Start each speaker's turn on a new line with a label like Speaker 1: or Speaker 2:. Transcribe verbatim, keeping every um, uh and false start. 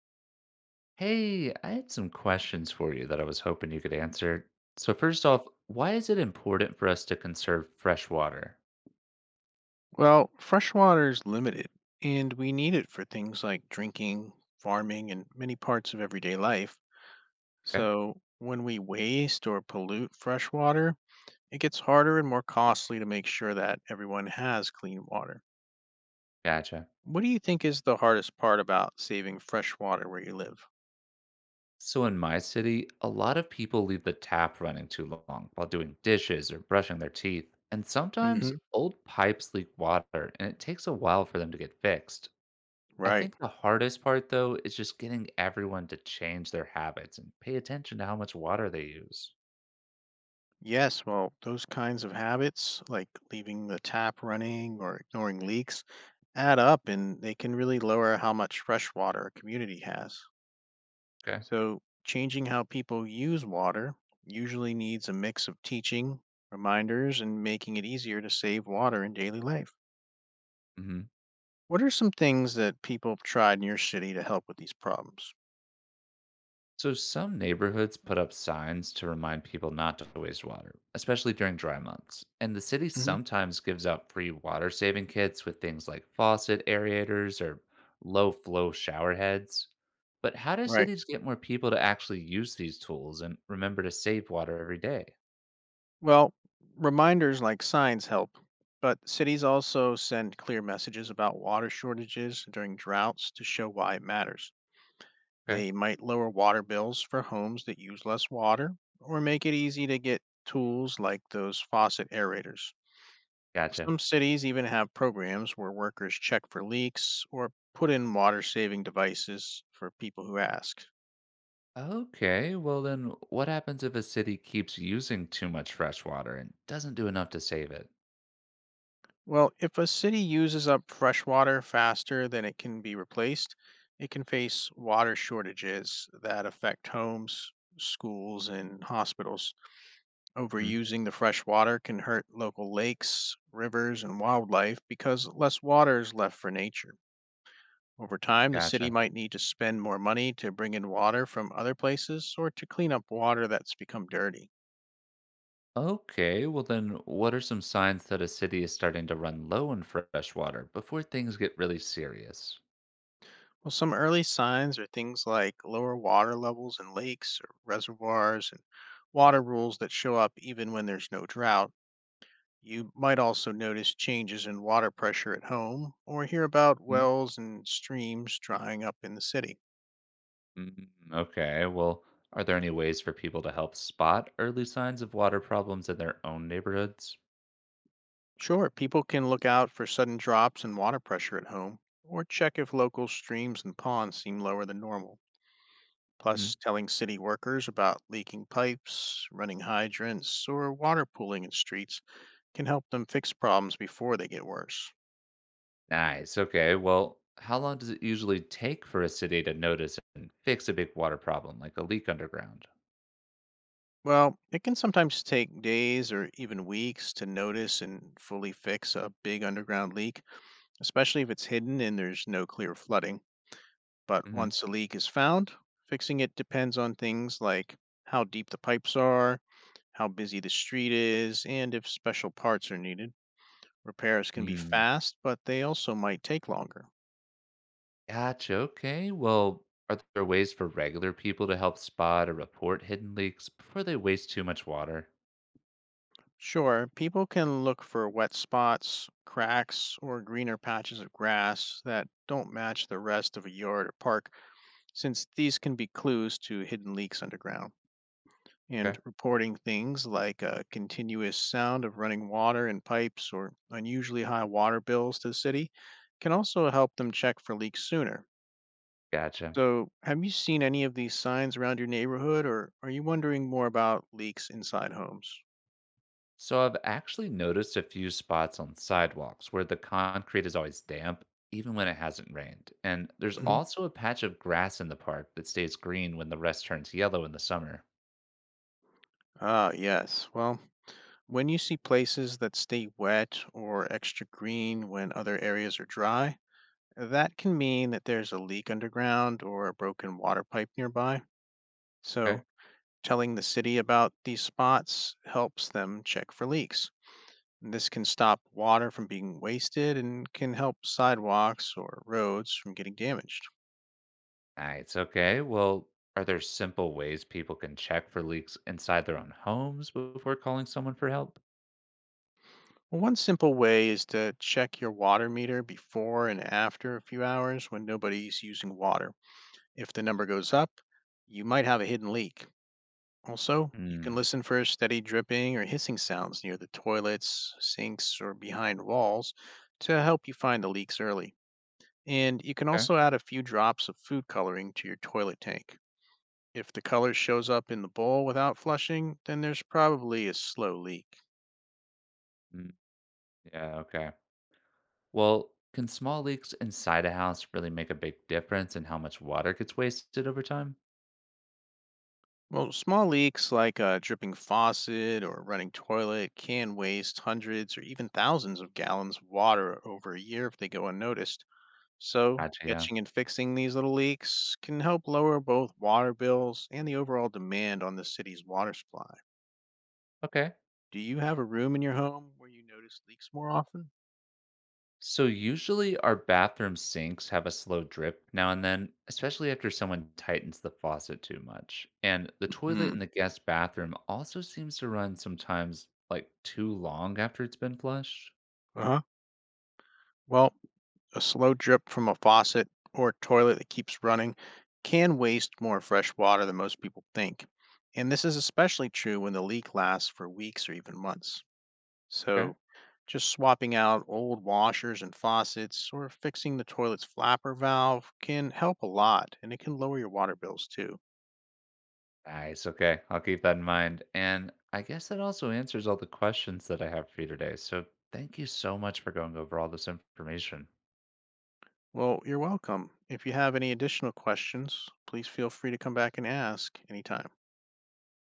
Speaker 1: Hey, I had some questions for you that I was hoping you could answer. So, first off, why is it important for us to conserve fresh water?
Speaker 2: Well, fresh water is limited, and we need it for things like drinking, farming, and many parts of everyday life.
Speaker 1: Okay,
Speaker 2: So, when we waste or pollute fresh water, it gets harder and more costly to make sure that everyone has clean water.
Speaker 1: gotcha.
Speaker 2: What do you think is the hardest part about saving fresh water where you live?
Speaker 1: So, in my city, a lot of people leave the tap running too long while doing dishes or brushing their teeth. And sometimes
Speaker 2: Hmm.
Speaker 1: old pipes leak water and it takes a while for them to get fixed. I
Speaker 2: Right.
Speaker 1: think the hardest part, though, is just getting everyone to change their habits and pay attention to how much water they use.
Speaker 2: Yes, well, those kinds of habits, like leaving the tap running or ignoring leaks, add up and they can really lower how much fresh water a community has.
Speaker 1: Okay.
Speaker 2: So, changing how people use water usually needs a mix of teaching, reminders, and making it easier to save water in daily life.
Speaker 1: hmm
Speaker 2: What are some things that people have tried in your city to help with these problems?
Speaker 1: So, some neighborhoods put up signs to remind people not to waste water, especially during dry months. And the city
Speaker 2: Hmm.
Speaker 1: sometimes gives out free water saving kits with things like faucet aerators or low flow shower heads. But how do
Speaker 2: Right.
Speaker 1: cities get more people to actually use these tools and remember to save water every day?
Speaker 2: Well, reminders like signs help, but cities also send clear messages about water shortages during droughts to show why it matters.
Speaker 1: Okay.
Speaker 2: They might lower water bills for homes that use less water or make it easy to get tools like those faucet aerators.
Speaker 1: Gotcha.
Speaker 2: Some cities even have programs where workers check for leaks or put in water saving devices for people who ask.
Speaker 1: Okay, well, then what happens if a city keeps using too much fresh water and doesn't do enough to save it?
Speaker 2: Well, if a city uses up fresh water faster than it can be replaced, it can face water shortages that affect homes, schools, and hospitals.
Speaker 1: Hmm,
Speaker 2: Overusing the fresh water can hurt local lakes, rivers, and wildlife because less water is left for nature. Over time, the city
Speaker 1: gotcha.
Speaker 2: might need to spend more money to bring in water from other places or to clean up water that's become dirty.
Speaker 1: Okay, well then, what are some signs that a city is starting to run low on fresh water before things get really serious?
Speaker 2: Well, some early signs are things like lower water levels in lakes or reservoirs and water rules that show up even when there's no drought. You might also notice changes in water pressure at home or hear about
Speaker 1: mm
Speaker 2: wells and streams drying up in the city.
Speaker 1: Mm, okay, well, are there any ways for people to help spot early signs of water problems in their own neighborhoods?
Speaker 2: Sure, people can look out for sudden drops in water pressure at home or check if local streams and ponds seem lower than normal.
Speaker 1: hmm
Speaker 2: Plus, telling city workers about leaking pipes, running hydrants, or water pooling in streets can help them fix problems before they get worse.
Speaker 1: Nice. Okay, well, how long does it usually take for a city to notice and fix a big water problem like a leak underground?
Speaker 2: Well, it can sometimes take days or even weeks to notice and fully fix a big underground leak, especially if it's hidden and there's no clear flooding. But once a leak is found, fixing it depends on things like how deep the pipes are, how busy the street is, and if special parts are needed. Repairs can be
Speaker 1: Mm-hmm.
Speaker 2: fast, but they also might take longer.
Speaker 1: Gotcha. Okay. Well, are there ways for regular people to help spot or report hidden leaks before they waste too much water?
Speaker 2: Sure, people can look for wet spots, cracks, or greener patches of grass that don't match the rest of a yard or park, since these can be clues to hidden leaks underground. And
Speaker 1: Okay.
Speaker 2: reporting things like a continuous sound of running water in pipes or unusually high water bills to the city can also help them check for leaks sooner.
Speaker 1: Gotcha.
Speaker 2: So, have you seen any of these signs around your neighborhood, or are you wondering more about leaks inside homes?
Speaker 1: So I've actually noticed a few spots on sidewalks where the concrete is always damp, even when it hasn't rained. And there's
Speaker 2: Mhm.
Speaker 1: also a patch of grass in the park that stays green when the rest turns yellow in the summer.
Speaker 2: Ah, yes. Well, When you see places that stay wet or extra green when other areas are dry, that can mean that there's a leak underground or a broken water pipe nearby. So,
Speaker 1: Okay.
Speaker 2: telling the city about these spots helps them check for leaks. This can stop water from being wasted and can help sidewalks or roads from getting damaged.
Speaker 1: Nice. Okay. Well, are there simple ways people can check for leaks inside their own homes before calling someone for help?
Speaker 2: One simple way is to check your water meter before and after a few hours when nobody's using water. If the number goes up, you might have a hidden leak. Also, you can
Speaker 1: Hmm.
Speaker 2: listen for steady dripping or hissing sounds near the toilets, sinks, or behind walls to help you find the leaks early. And you can
Speaker 1: Okay.
Speaker 2: also add a few drops of food coloring to your toilet tank. If the color shows up in the bowl without flushing, then there's probably a slow leak.
Speaker 1: Yeah, okay. Well, can small leaks inside a house really make a big difference in how much water gets wasted over time?
Speaker 2: Well, small leaks like a dripping faucet or running toilet can waste hundreds or even thousands of gallons of water over a year if they go unnoticed. So,
Speaker 1: Gotcha, yeah.
Speaker 2: catching and fixing these little leaks can help lower both water bills and the overall demand on the city's water supply.
Speaker 1: Okay.
Speaker 2: Do you have a room in your home where you notice leaks more often?
Speaker 1: So usually our bathroom sinks have a slow drip now and then, especially after someone tightens the faucet too much. And the toilet
Speaker 2: Hmm.
Speaker 1: in the guest bathroom also seems to run sometimes like too long after it's been flushed.
Speaker 2: Uh huh. Well, a slow drip from a faucet or toilet that keeps running can waste more fresh water than most people think. And this is especially true when the leak lasts for weeks or even months.
Speaker 1: Okay.
Speaker 2: So, just swapping out old washers and faucets or fixing the toilet's flapper valve can help a lot and it can lower your water bills too.
Speaker 1: Nice. Okay. I'll keep that in mind. And I guess that also answers all the questions that I have for you today. So thank you so much for going over all this information.
Speaker 2: Well, you're welcome. If you have any additional questions, please feel free to come back and ask anytime.